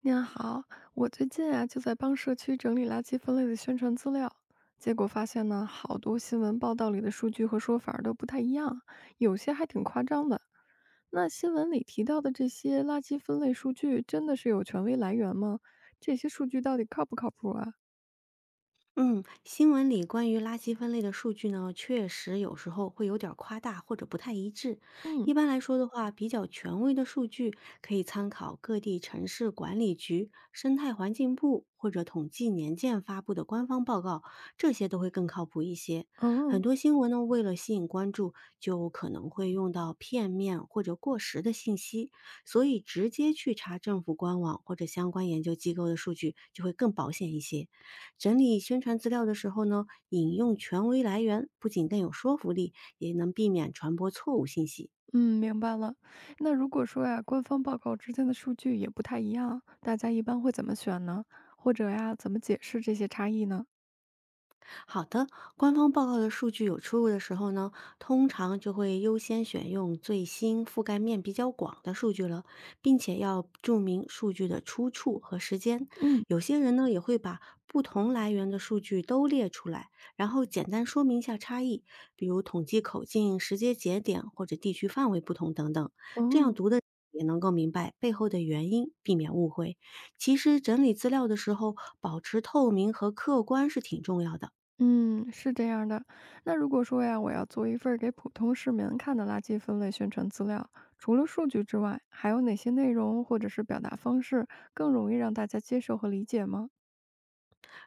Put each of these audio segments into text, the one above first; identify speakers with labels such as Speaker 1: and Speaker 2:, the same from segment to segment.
Speaker 1: 您好，我最近啊就在帮社区整理垃圾分类的宣传资料，结果发现呢，好多新闻报道里的数据和说法儿都不太一样，有些还挺夸张的。那新闻里提到的这些垃圾分类数据，真的是有权威来源吗？这些数据到底靠不靠谱啊？
Speaker 2: 嗯，新闻里关于垃圾分类的数据呢，确实有时候会有点儿夸大或者不太一致。
Speaker 1: 嗯，
Speaker 2: 一般来说的话，比较权威的数据可以参考各地城市管理局、生态环境部或者统计年鉴发布的官方报告，这些都会更靠谱一些。
Speaker 1: 哦，
Speaker 2: 很多新闻呢，为了吸引关注，就可能会用到片面或者过时的信息，所以直接去查政府官网或者相关研究机构的数据就会更保险一些。整理宣传资料的时候呢，引用权威来源，不仅更有说服力，也能避免传播错误信息。
Speaker 1: 嗯，明白了。那如果说呀，官方报告之间的数据也不太一样，大家一般会怎么选呢？或者呀，怎么解释这些差异呢？
Speaker 2: 好的，官方报告的数据有出入的时候呢，通常就会优先选用最新、覆盖面比较广的数据了，并且要注明数据的出处和时间。
Speaker 1: 嗯，
Speaker 2: 有些人呢也会把不同来源的数据都列出来，然后简单说明一下差异，比如统计口径、时间节点或者地区范围不同等等，这样
Speaker 1: 哦。
Speaker 2: 读的。也能够明白背后的原因，避免误会。其实整理资料的时候，保持透明和客观是挺重要的。
Speaker 1: 嗯，是这样的。那如果说呀，我要做一份儿给普通市民看的垃圾分类宣传资料，除了数据之外，还有哪些内容或者是表达方式更容易让大家接受和理解吗？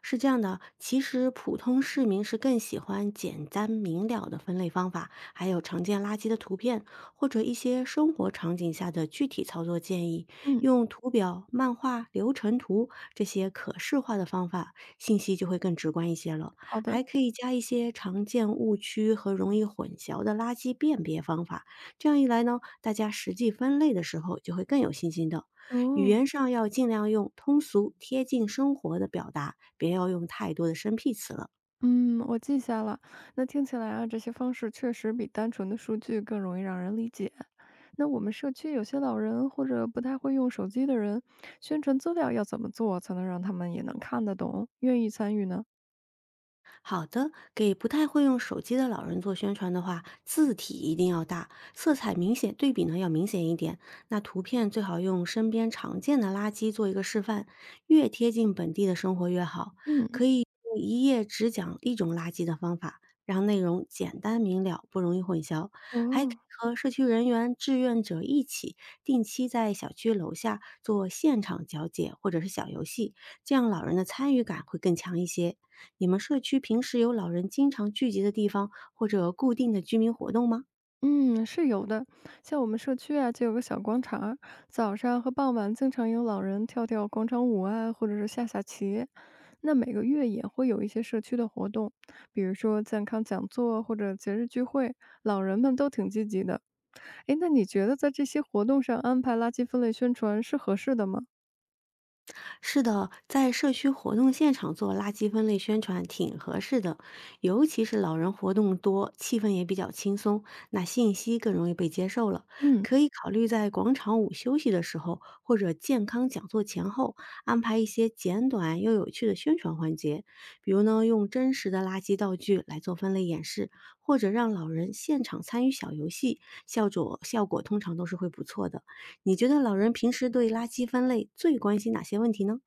Speaker 2: 是这样的，其实普通市民是更喜欢简单明了的分类方法，还有常见垃圾的图片，或者一些生活场景下的具体操作建议，
Speaker 1: 嗯，
Speaker 2: 用图表、漫画、流程图这些可视化的方法，信息就会更直观一些了。
Speaker 1: 好的。
Speaker 2: 还可以加一些常见误区和容易混淆的垃圾辨别方法，这样一来呢，大家实际分类的时候就会更有信心的。语
Speaker 1: 哦，
Speaker 2: 言上要尽量用通俗、贴近生活的表达，别要用太多的生僻词了。
Speaker 1: 嗯，我记下了。那听起来啊，这些方式确实比单纯的数据更容易让人理解。那我们社区有些老人或者不太会用手机的人，宣传资料要怎么做才能让他们也能看得懂，愿意参与呢？
Speaker 2: 好的，给不太会用手机的老人做宣传的话，字体一定要大，色彩明显，对比呢要明显一点。那图片最好用身边常见的垃圾做一个示范，越贴近本地的生活越好。
Speaker 1: 嗯。
Speaker 2: 可以用一页只讲一种垃圾的方法，让内容简单明了，不容易混淆。还可以
Speaker 1: 哦，
Speaker 2: 和社区人员、志愿者一起定期在小区楼下做现场讲解或者是小游戏，这样老人的参与感会更强一些。你们社区平时有老人经常聚集的地方，或者固定的居民活动吗？
Speaker 1: 嗯，是有的。像我们社区啊，就有个小广场儿早上和傍晚经常有老人跳跳广场舞啊，或者是下下棋。那每个月也会有一些社区的活动，比如说健康讲座或者节日聚会，老人们都挺积极的。诶，那你觉得在这些活动上安排垃圾分类宣传是合适的吗？
Speaker 2: 是的，在社区活动现场做垃圾分类宣传挺合适的，尤其是老人活动多，气氛也比较轻松，那信息更容易被接受了。
Speaker 1: 嗯。
Speaker 2: 可以考虑在广场舞休息的时候，或者健康讲座前后，安排一些简短又有趣的宣传环节，比如呢，用真实的垃圾道具来做分类演示，或者让老人现场参与小游戏，效果通常都是会不错的。你觉得老人平时对垃圾分类最关心哪些问题呢？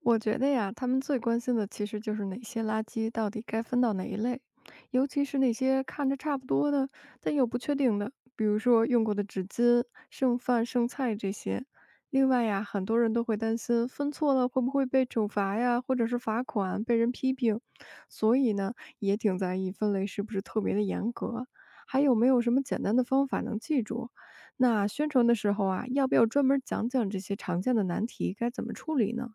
Speaker 1: 我觉得呀，他们最关心的其实就是哪些垃圾到底该分到哪一类，尤其是那些看着差不多的，但又不确定的，比如说用过的纸巾、剩饭、剩菜这些。另外呀，很多人都会担心分错了会不会被处罚呀，或者是罚款、被人批评，所以呢，也挺在意分类是不是特别的严格，还有没有什么简单的方法能记住。那宣传的时候啊，要不要专门讲讲这些常见的难题该怎么处理呢？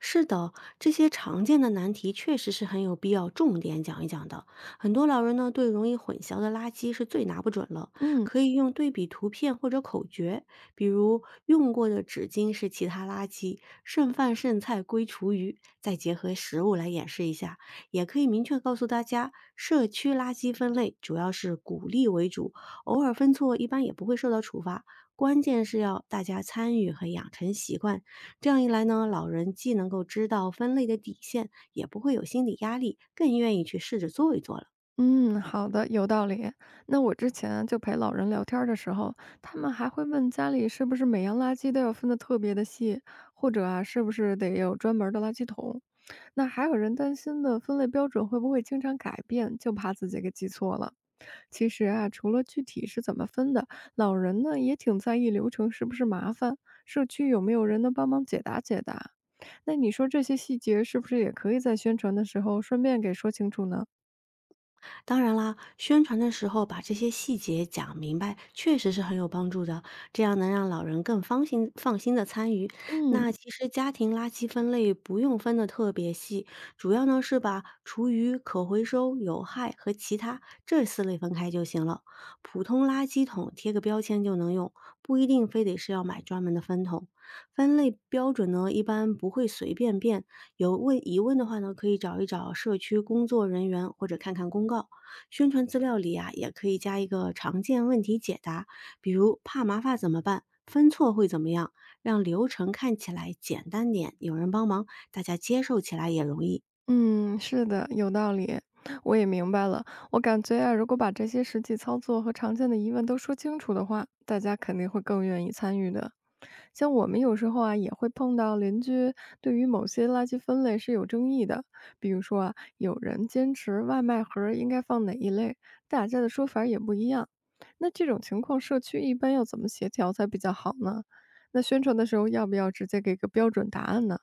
Speaker 2: 是的，这些常见的难题确实是很有必要重点讲一讲的。很多老人呢，对容易混淆的垃圾是最拿不准了，
Speaker 1: 嗯。
Speaker 2: 可以用对比图片或者口诀，比如用过的纸巾是其他垃圾，剩饭剩菜归厨余，再结合食物来演示一下。也可以明确告诉大家，社区垃圾分类主要是鼓励为主，偶尔分错一般也不会受到处罚。关键是要大家参与和养成习惯。这样一来呢，老人既能够知道分类的底线，也不会有心理压力，更愿意去试着做一做了。
Speaker 1: 嗯，好的，有道理。那我之前就陪老人聊天儿的时候，他们还会问家里是不是每样垃圾都要分得特别的细，或者啊，是不是得有专门儿的垃圾桶？那还有人担心的分类标准会不会经常改变，就怕自己给记错了。其实啊，除了具体是怎么分的，老人呢也挺在意流程是不是麻烦，社区有没有人能帮忙解答解答。那你说这些细节是不是也可以在宣传的时候顺便给说清楚呢？
Speaker 2: 当然啦，宣传的时候把这些细节讲明白，确实是很有帮助的，这样能让老人更放心的参与。
Speaker 1: 嗯
Speaker 2: 那其实家庭垃圾分类不用分的特别细，主要呢是把厨余、可回收、有害和其他这四类分开就行了。普通垃圾桶贴个标签就能用，不一定非得是要买专门的分桶。分类标准呢，一般不会随便变。有问疑问的话呢，可以找一找社区工作人员或者看看公告。宣传资料里啊，也可以加一个常见问题解答，比如怕麻烦怎么办，分错会怎么样，让流程看起来简单点，有人帮忙，大家接受起来也容易。
Speaker 1: 嗯，是的，有道理，我也明白了。我感觉啊，如果把这些实际操作和常见的疑问都说清楚的话，大家肯定会更愿意参与的。像我们有时候啊，也会碰到邻居对于某些垃圾分类是有争议的，比如说啊，有人坚持外卖盒儿应该放哪一类，大家的说法儿也不一样。那这种情况，社区一般要怎么协调才比较好呢？那宣传的时候要不要直接给个标准答案呢？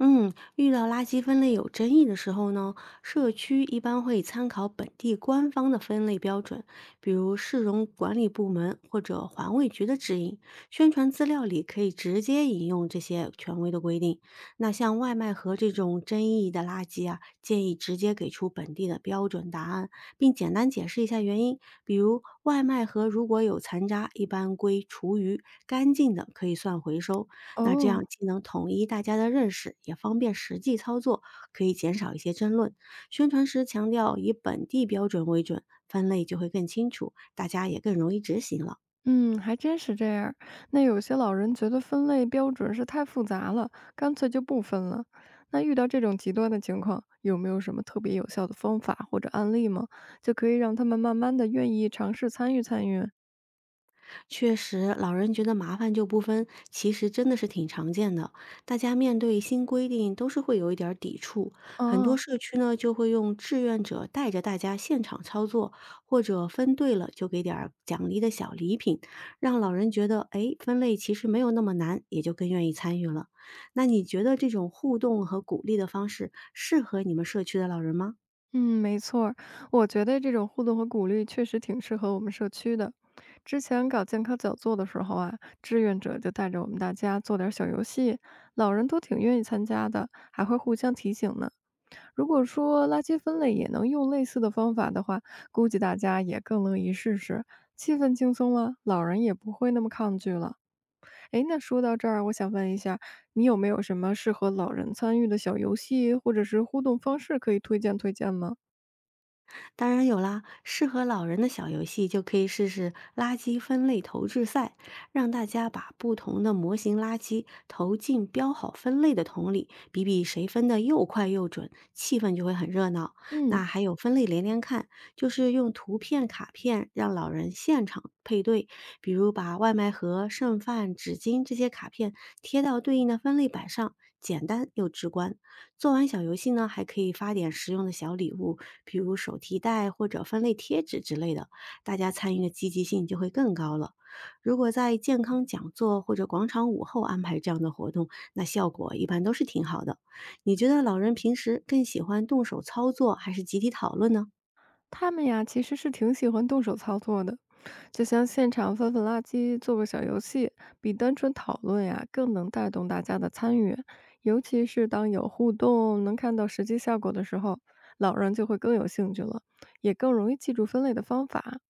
Speaker 2: 嗯，遇到垃圾分类有争议的时候呢，社区一般会参考本地官方的分类标准，比如市容管理部门或者环卫局的指引。宣传资料里可以直接引用这些权威的规定。那像外卖盒这种争议的垃圾啊，建议直接给出本地的标准答案，并简单解释一下原因。比如外卖盒如果有残渣，一般归厨余，干净的可以算回收。那这
Speaker 1: 哦，
Speaker 2: 样既能统一大家的认识，也方便实际操作，可以减少一些争论。宣传时强调以本地标准为准，分类就会更清楚，大家也更容易执行了。
Speaker 1: 嗯，还真是这样儿。那有些老人觉得分类标准是太复杂了，干脆就不分了。那遇到这种极端的情况，有没有什么特别有效的方法或者案例吗？就可以让他们慢慢的愿意尝试参与参与。
Speaker 2: 确实，老人觉得麻烦就不分，其实真的是挺常见的。大家面对新规定都是会有一点儿抵触，很多
Speaker 1: 啊？
Speaker 2: 社区呢就会用志愿者带着大家现场操作，或者分对了就给点儿奖励的小礼品，让老人觉得哎分类其实没有那么难，也就更愿意参与了。那你觉得这种互动和鼓励的方式适合你们社区的老人吗？
Speaker 1: 嗯，没错儿。我觉得这种互动和鼓励确实挺适合我们社区的。之前搞健康讲座的时候啊，志愿者就带着我们大家做点儿小游戏，老人都挺愿意参加的，还会互相提醒呢。如果说垃圾分类也能用类似的方法的话，估计大家也更乐意试试，气氛轻松了，老人也不会那么抗拒了。诶，那说到这儿，我想问一下，你有没有什么适合老人参与的小游戏或者是互动方式可以推荐推荐吗？
Speaker 2: 当然有啦，适合老人的小游戏就可以试试垃圾分类投掷赛，让大家把不同的模型垃圾投进标好分类的桶里，比比谁分的又快又准，气氛就会很热闹。那
Speaker 1: 嗯。
Speaker 2: 还有分类连连看，就是用图片卡片让老人现场配对，比如把外卖盒、剩饭、纸巾这些卡片贴到对应的分类板上，简单又直观。做完小游戏呢，还可以发点实用的小礼物，比如手提袋或者分类贴纸之类的，大家参与的积极性就会更高了。如果在健康讲座或者广场舞后安排这样的活动，那效果一般都是挺好的。你觉得老人平时更喜欢动手操作还是集体讨论呢？
Speaker 1: 他们呀，其实是挺喜欢动手操作的，就像现场翻翻垃圾、做个小游戏，比单纯讨论呀更能带动大家的参与。尤其是当有互动、能看到实际效果的时候，老人就会更有兴趣了，也更容易记住分类的方法。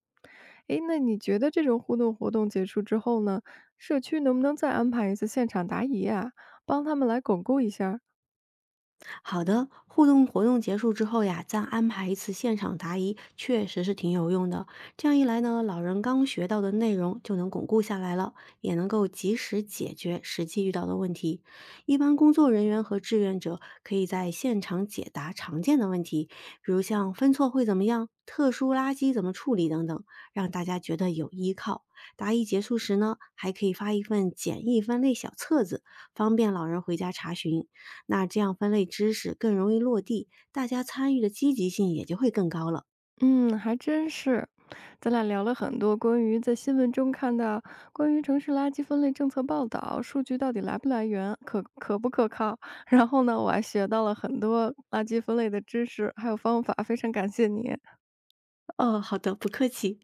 Speaker 1: 诶，那你觉得这种互动活动结束之后呢，社区能不能再安排一次现场答疑啊，帮他们来巩固一下儿。
Speaker 2: 好的，互动活动结束之后呀，再安排一次现场答疑，确实是挺有用的。这样一来呢，老人刚学到的内容就能巩固下来了，也能够及时解决实际遇到的问题。一般工作人员和志愿者可以在现场解答常见的问题，比如像分错会怎么样、特殊垃圾怎么处理等等，让大家觉得有依靠。答疑结束时呢，还可以发一份简易分类小册子，方便老人回家查询。那这样分类知识更容易落地，大家参与的积极性也就会更高了。
Speaker 1: 嗯，还真是。咱俩聊了很多关于在新闻中看到关于城市垃圾分类政策报道，数据到底来不来源，可不可靠。然后呢，我还学到了很多垃圾分类的知识，还有方法，非常感谢你。
Speaker 2: 哦，好的，不客气。